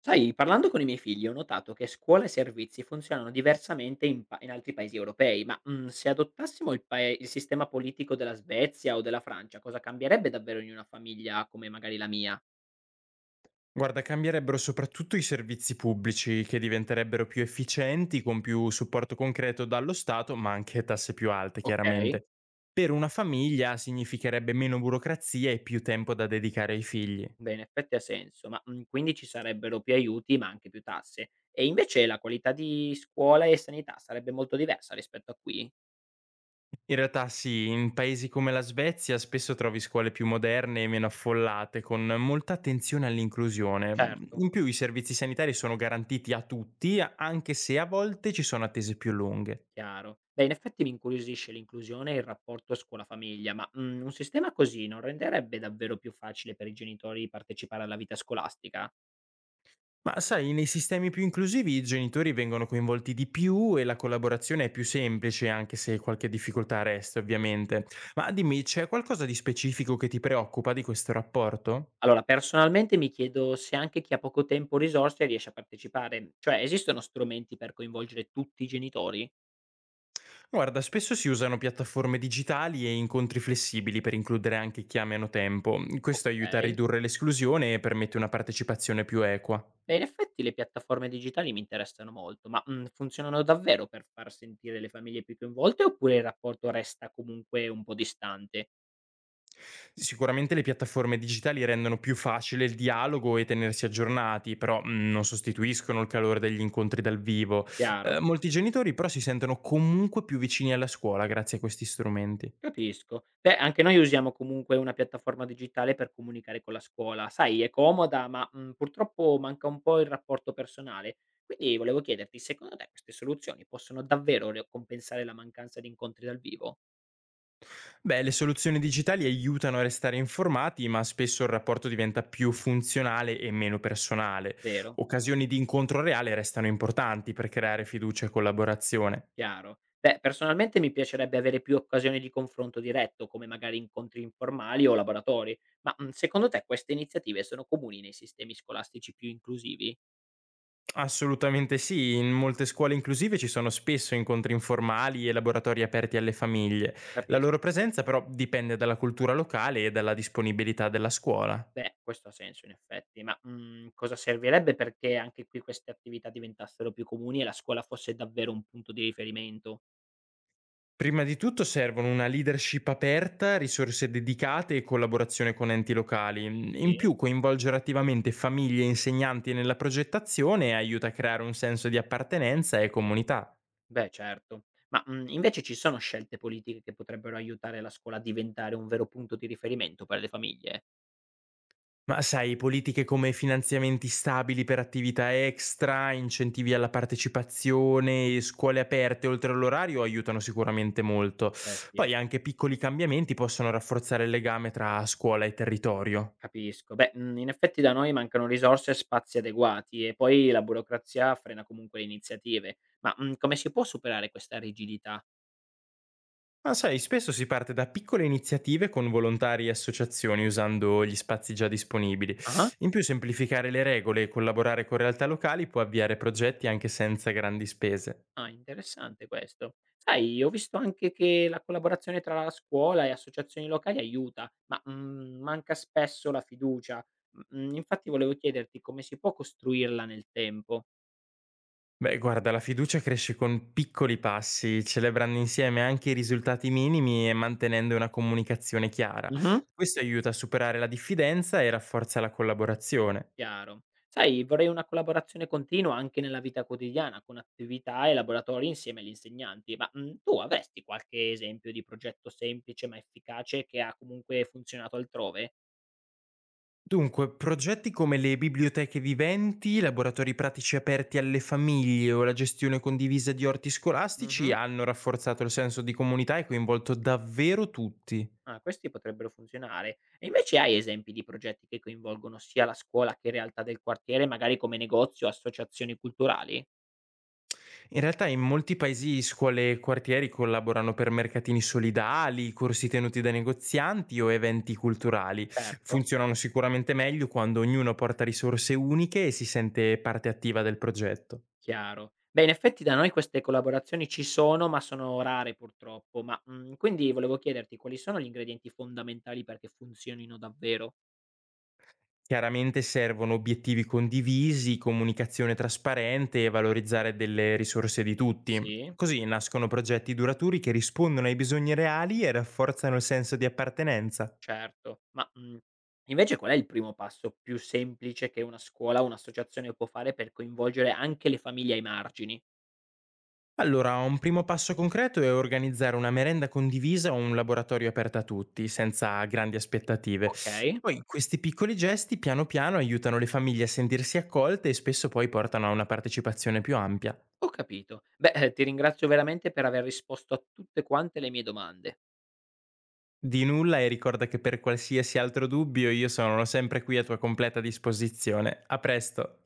Sai, parlando con i miei figli ho notato che scuola e servizi funzionano diversamente in altri paesi europei, ma se adottassimo il sistema politico della Svezia o della Francia, cosa cambierebbe davvero in una famiglia come magari la mia? Guarda, cambierebbero soprattutto i servizi pubblici, che diventerebbero più efficienti, con più supporto concreto dallo Stato, ma anche tasse più alte, Ok, chiaramente. Per una famiglia significherebbe meno burocrazia e più tempo da dedicare ai figli. beh, in effetti ha senso, ma quindi ci sarebbero più aiuti, ma anche più tasse. E invece la qualità di scuola e sanità sarebbe molto diversa rispetto a qui? In realtà sì, in paesi come la Svezia spesso trovi scuole più moderne e meno affollate, con molta attenzione all'inclusione. Certo. In più i servizi sanitari sono garantiti a tutti, anche se a volte ci sono attese più lunghe. Chiaro. Beh, in effetti mi incuriosisce l'inclusione e il rapporto scuola-famiglia, ma un sistema così non renderebbe davvero più facile per i genitori partecipare alla vita scolastica? Ma sai, nei sistemi più inclusivi i genitori vengono coinvolti di più e la collaborazione è più semplice, anche se qualche difficoltà resta, ovviamente. Ma dimmi, c'è qualcosa di specifico che ti preoccupa di questo rapporto? Allora, personalmente mi chiedo se anche chi ha poco tempo o risorse riesce a partecipare, cioè esistono strumenti per coinvolgere tutti i genitori? Guarda, spesso si usano piattaforme digitali e incontri flessibili per includere anche chi ha meno tempo. Questo aiuta a Ok. ridurre l'esclusione e permette una partecipazione più equa. Beh, in effetti le piattaforme digitali mi interessano molto, ma funzionano davvero per far sentire le famiglie più coinvolte oppure il rapporto resta comunque un po' distante? Sicuramente le piattaforme digitali rendono più facile il dialogo e tenersi aggiornati, però non sostituiscono il calore degli incontri dal vivo. Chiaro. Molti genitori però si sentono comunque più vicini alla scuola grazie a questi strumenti. Capisco. Beh, anche noi usiamo comunque una piattaforma digitale per comunicare con la scuola. Sai, è comoda, ma purtroppo manca un po' il rapporto personale. Quindi volevo chiederti, secondo te queste soluzioni possono davvero compensare la mancanza di incontri dal vivo? Beh, le soluzioni digitali aiutano a restare informati, ma spesso il rapporto diventa più funzionale e meno personale. Vero, Occasioni di incontro reale restano importanti per creare fiducia e collaborazione. chiaro. Beh, personalmente mi piacerebbe avere più occasioni di confronto diretto, come magari incontri informali o laboratori, ma secondo te queste iniziative sono comuni nei sistemi scolastici più inclusivi? Assolutamente sì, in molte scuole inclusive ci sono spesso incontri informali e laboratori aperti alle famiglie. La loro Capisco. presenza però dipende dalla cultura locale e dalla disponibilità della scuola. Beh, questo ha senso in effetti, cosa servirebbe perché anche qui queste attività diventassero più comuni e la scuola fosse davvero un punto di riferimento? Prima di tutto servono una leadership aperta, risorse dedicate e collaborazione con enti locali. In Sì. più coinvolgere attivamente famiglie e insegnanti nella progettazione aiuta a creare un senso di appartenenza e comunità. Beh, certo. Invece ci sono scelte politiche che potrebbero aiutare la scuola a diventare un vero punto di riferimento per le famiglie? Ma sai, politiche come finanziamenti stabili per attività extra, incentivi alla partecipazione, e scuole aperte oltre all'orario aiutano sicuramente molto. Beh, sì, è Poi anche piccoli cambiamenti possono rafforzare il legame tra scuola e territorio. Capisco. Beh, in effetti da noi mancano risorse e spazi adeguati e poi la burocrazia frena comunque le iniziative. Come si può superare questa rigidità? Ma sai, spesso si parte da piccole iniziative con volontari e associazioni usando gli spazi già disponibili. Ah-ah. In più semplificare le regole e collaborare con realtà locali può avviare progetti anche senza grandi spese. Ah, interessante questo. Sai, ho visto anche che la collaborazione tra la scuola e associazioni locali aiuta, ma manca spesso la fiducia. Infatti volevo chiederti come si può costruirla nel tempo. Beh, guarda, la fiducia cresce con piccoli passi, celebrando insieme anche i risultati minimi e mantenendo una comunicazione chiara. Mhm. Questo aiuta a superare la diffidenza e rafforza la collaborazione. Chiaro. Sai, vorrei una collaborazione continua anche nella vita quotidiana, con attività e laboratori insieme agli insegnanti. Ma tu avresti qualche esempio di progetto semplice ma efficace che ha comunque funzionato altrove? Dunque, progetti come le biblioteche viventi, laboratori pratici aperti alle famiglie o la gestione condivisa di orti scolastici Mhm. hanno rafforzato il senso di comunità e coinvolto davvero tutti. Ah, questi potrebbero funzionare. E invece hai esempi di progetti che coinvolgono sia la scuola che realtà del quartiere, magari come negozio o associazioni culturali? In realtà in molti paesi scuole e quartieri collaborano per mercatini solidali, corsi tenuti da negozianti o eventi culturali. Certo, Funzionano sicuramente meglio quando ognuno porta risorse uniche e si sente parte attiva del progetto. chiaro. Beh, in effetti da noi queste collaborazioni ci sono, ma sono rare purtroppo. Ma quindi volevo chiederti quali sono gli ingredienti fondamentali perché funzionino davvero? Chiaramente servono obiettivi condivisi, comunicazione trasparente e valorizzare delle risorse di tutti. Sì, Così nascono progetti duraturi che rispondono ai bisogni reali e rafforzano il senso di appartenenza. certo. Invece qual è il primo passo più semplice che una scuola o un'associazione può fare per coinvolgere anche le famiglie ai margini? Allora, un primo passo concreto è organizzare una merenda condivisa o un laboratorio aperto a tutti, senza grandi aspettative. Ok. Poi questi piccoli gesti piano piano aiutano le famiglie a sentirsi accolte e spesso poi portano a una partecipazione più ampia. Ho capito. Beh, ti ringrazio veramente per aver risposto a tutte quante le mie domande. Di nulla e ricorda che per qualsiasi altro dubbio io sono sempre qui a tua completa disposizione. A presto!